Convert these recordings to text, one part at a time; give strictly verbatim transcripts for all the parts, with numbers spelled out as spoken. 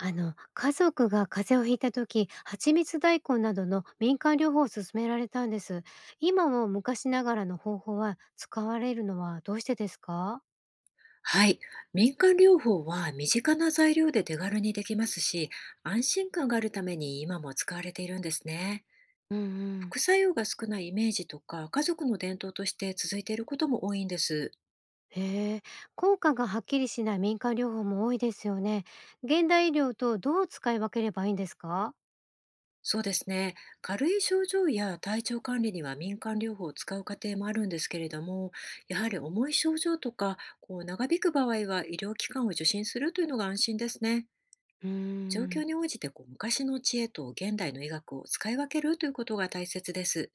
あの、家族が風邪をひいた時、蜂蜜大根などの民間療法を勧められたんです。今も昔ながらの方法は使われるのはどうしてですか？はい。民間療法は身近な材料で手軽にできますし、安心感があるために今も使われているんですね。うんうん。副作用が少ないイメージとか、家族の伝統として続いていることも多いんです。へえ、効果がはっきりしない民間療法も多いですよね。現代医療とどう使い分ければいいんですか？そうですね。軽い症状や体調管理には民間療法を使う家庭もあるんですけれども、やはり重い症状とか、こう長引く場合は医療機関を受診するというのが安心ですね。うー状況ん。に応じてこう昔の知恵と現代の医学を使い分けるということが大切です。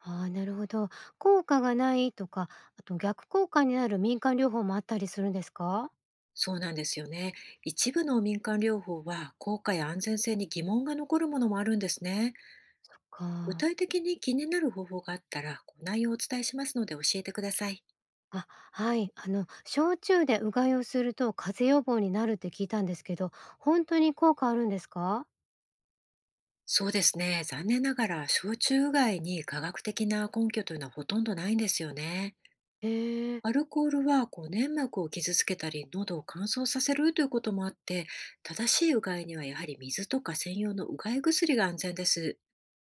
ああー、なるほど。効果がないとか、あと逆効果になる民間療法もあったりするんですか？そうなんですよね。一部の民間療法は効果や安全性に疑問が残るものもあるんですね。具か。体的に気になる方法があったら、こう内容をお伝えしますので教えてください。あ、はい。あの、焼酎でうがいをすると風邪予防になるって聞いたんですけど、本当に効果あるんですか？そうですね。残念ながら、焼酎以外に科学的な根拠というのはほとんどないんですよね。へえ。アルコールはこう粘膜を傷つけたり、喉を乾燥させるということもあって、正しいうがいにはやはり水とか専用のうがい薬が安全です。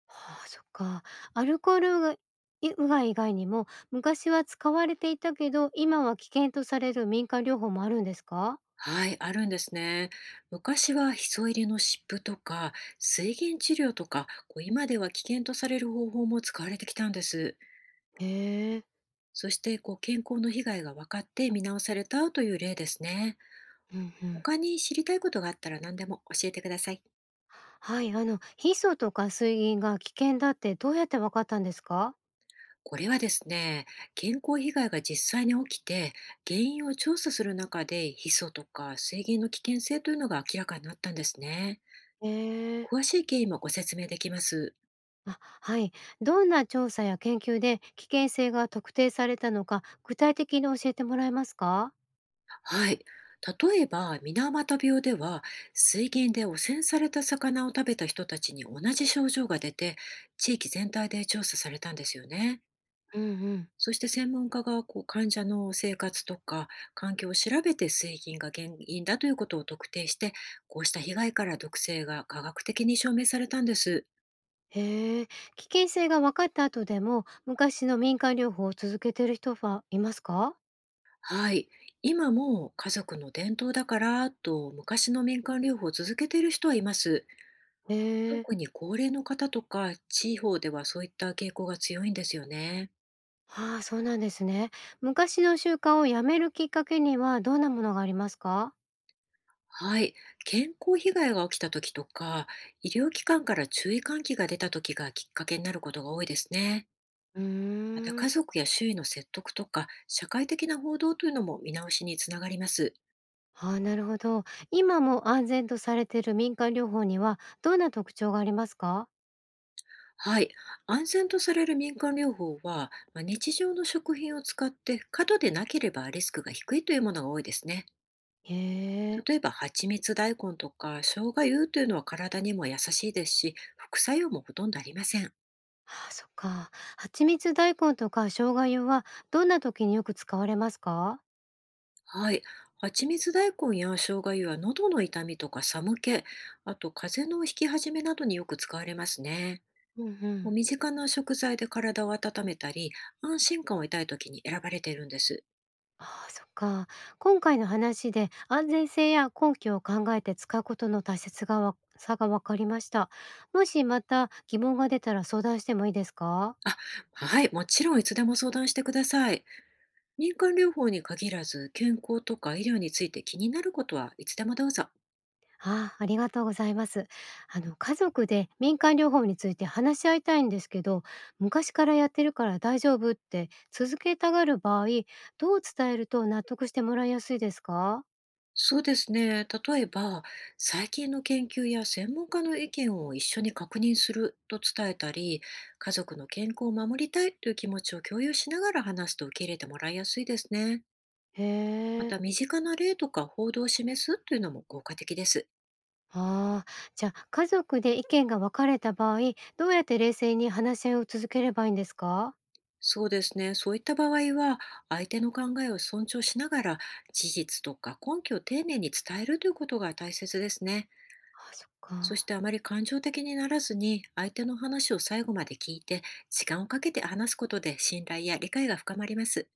はあ、そっか。アルコールうがいうがい以外にも、昔は使われていたけど、今は危険とされる民間療法もあるんですか？はい、あるんですね。昔はヒ素入りの湿布とか水銀治療とか、こう今では危険とされる方法も使われてきたんです。へえ。そしてこう健康の被害が分かって見直されたという例ですね。うんうん。他に知りたいことがあったら何でも教えてください。はい。あの、ヒ素とか水銀が危険だってどうやって分かったんですか？これはですね、健康被害が実際に起きて、原因を調査する中でヒ素とか水銀の危険性というのが明らかになったんですね。へえ。詳しい経緯もご説明できます。あ、はい。どんな調査や研究で危険性が特定されたのか、具体的に教えてもらえますか？はい。例えば、水俣病では、水銀で汚染された魚を食べた人たちに同じ症状が出て、地域全体で調査されたんですよね。うんうん。そして専門家がこう患者の生活とか環境を調べて、水銀が原因だということを特定して、こうした被害から毒性が科学的に証明されたんです。へえ、危険性が分かった後でも、昔の民間療法を続けている人はいますか？はい。今も家族の伝統だからと、昔の民間療法を続けている人はいます。へえ、特に高齢の方とか地方では、そういった傾向が強いんですよね。ああ、そうなんですね。昔の習慣をやめるきっかけには、どんなものがありますか？はい。健康被害が起きた時とか、医療機関から注意喚起が出た時がきっかけになることが多いですね。うーまた、ん。家族や周囲の説得とか、社会的な報道というのも見直しにつながります。ああ、なるほど。今も安全とされている民間療法には、どんな特徴がありますか？はい。安全とされる民間療法は、まあ日常の食品を使って過度でなければリスクが低いというものが多いですね。へえ。例えば蜂蜜大根とか生姜湯というのは体にも優しいですし、副作用もほとんどありません。ああ、そっか。蜂蜜大根とか生姜湯はどんな時によく使われますか？はい。蜂蜜大根や生姜湯は喉の痛みとか寒気、あと風邪の引き始めなどによく使われますね。うんうこうん。身近な食材で体を温めたり、安心感を得たい時に選ばれているんです。ああ、そっか。今回の話で安全性や根拠を考えて使うことの大切がわさが分かりました。もしまた疑問が出たら相談してもいいですか？あ、はい。もちろんいつでも相談してください。民間療法に限らず、健康とか医療について気になることはいつでもどうぞ。ああ、ありがとうございます。あの家族で民間療法について話し合いたいんですけど、昔からやってるから大丈夫って続けたがる場合、どう伝えると納得してもらいやすいですか？そうですね。例えば、最近の研究や専門家の意見を一緒に確認すると伝えたり、家族の健康を守りたいという気持ちを共有しながら話すと受け入れてもらいやすいですね。へまえ。た、身近な例とか報道を示すというのも効果的です。ああ、じゃあ家族で意見が分かれた場合、どうやって冷静に話し合いを続ければいいんですか？そうですね。そういった場合は、相手の考えを尊重しながら、事実とか根拠を丁寧に伝えるということが大切ですね。あ、そっそしか。てあまり感情的にならずに、相手の話を最後まで聞いて、時間をかけて話すことで信頼や理解が深まります。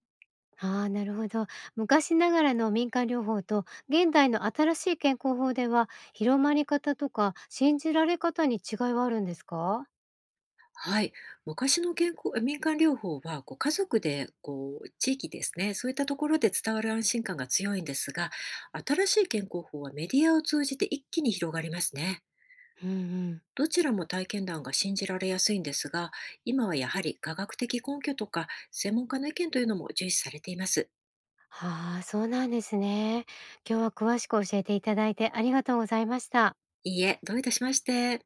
ああ、なるほど。昔ながらの民間療法と現代の新しい健康法では、広まり方とか信じられ方に違いはあるんですか？はい、昔の健康民間療法はこう家族でこう地域ですね、そういったところで伝わる安心感が強いんですが、新しい健康法はメディアを通じて一気に広がりますね。うんうん。どちらも体験談が信じられやすいんですが、今はやはり科学的根拠とか専門家の意見というのも重視されています。ああ、そうなんですね。今日は詳しく教えていただいてありがとうございました。いいえ、どういたしまして。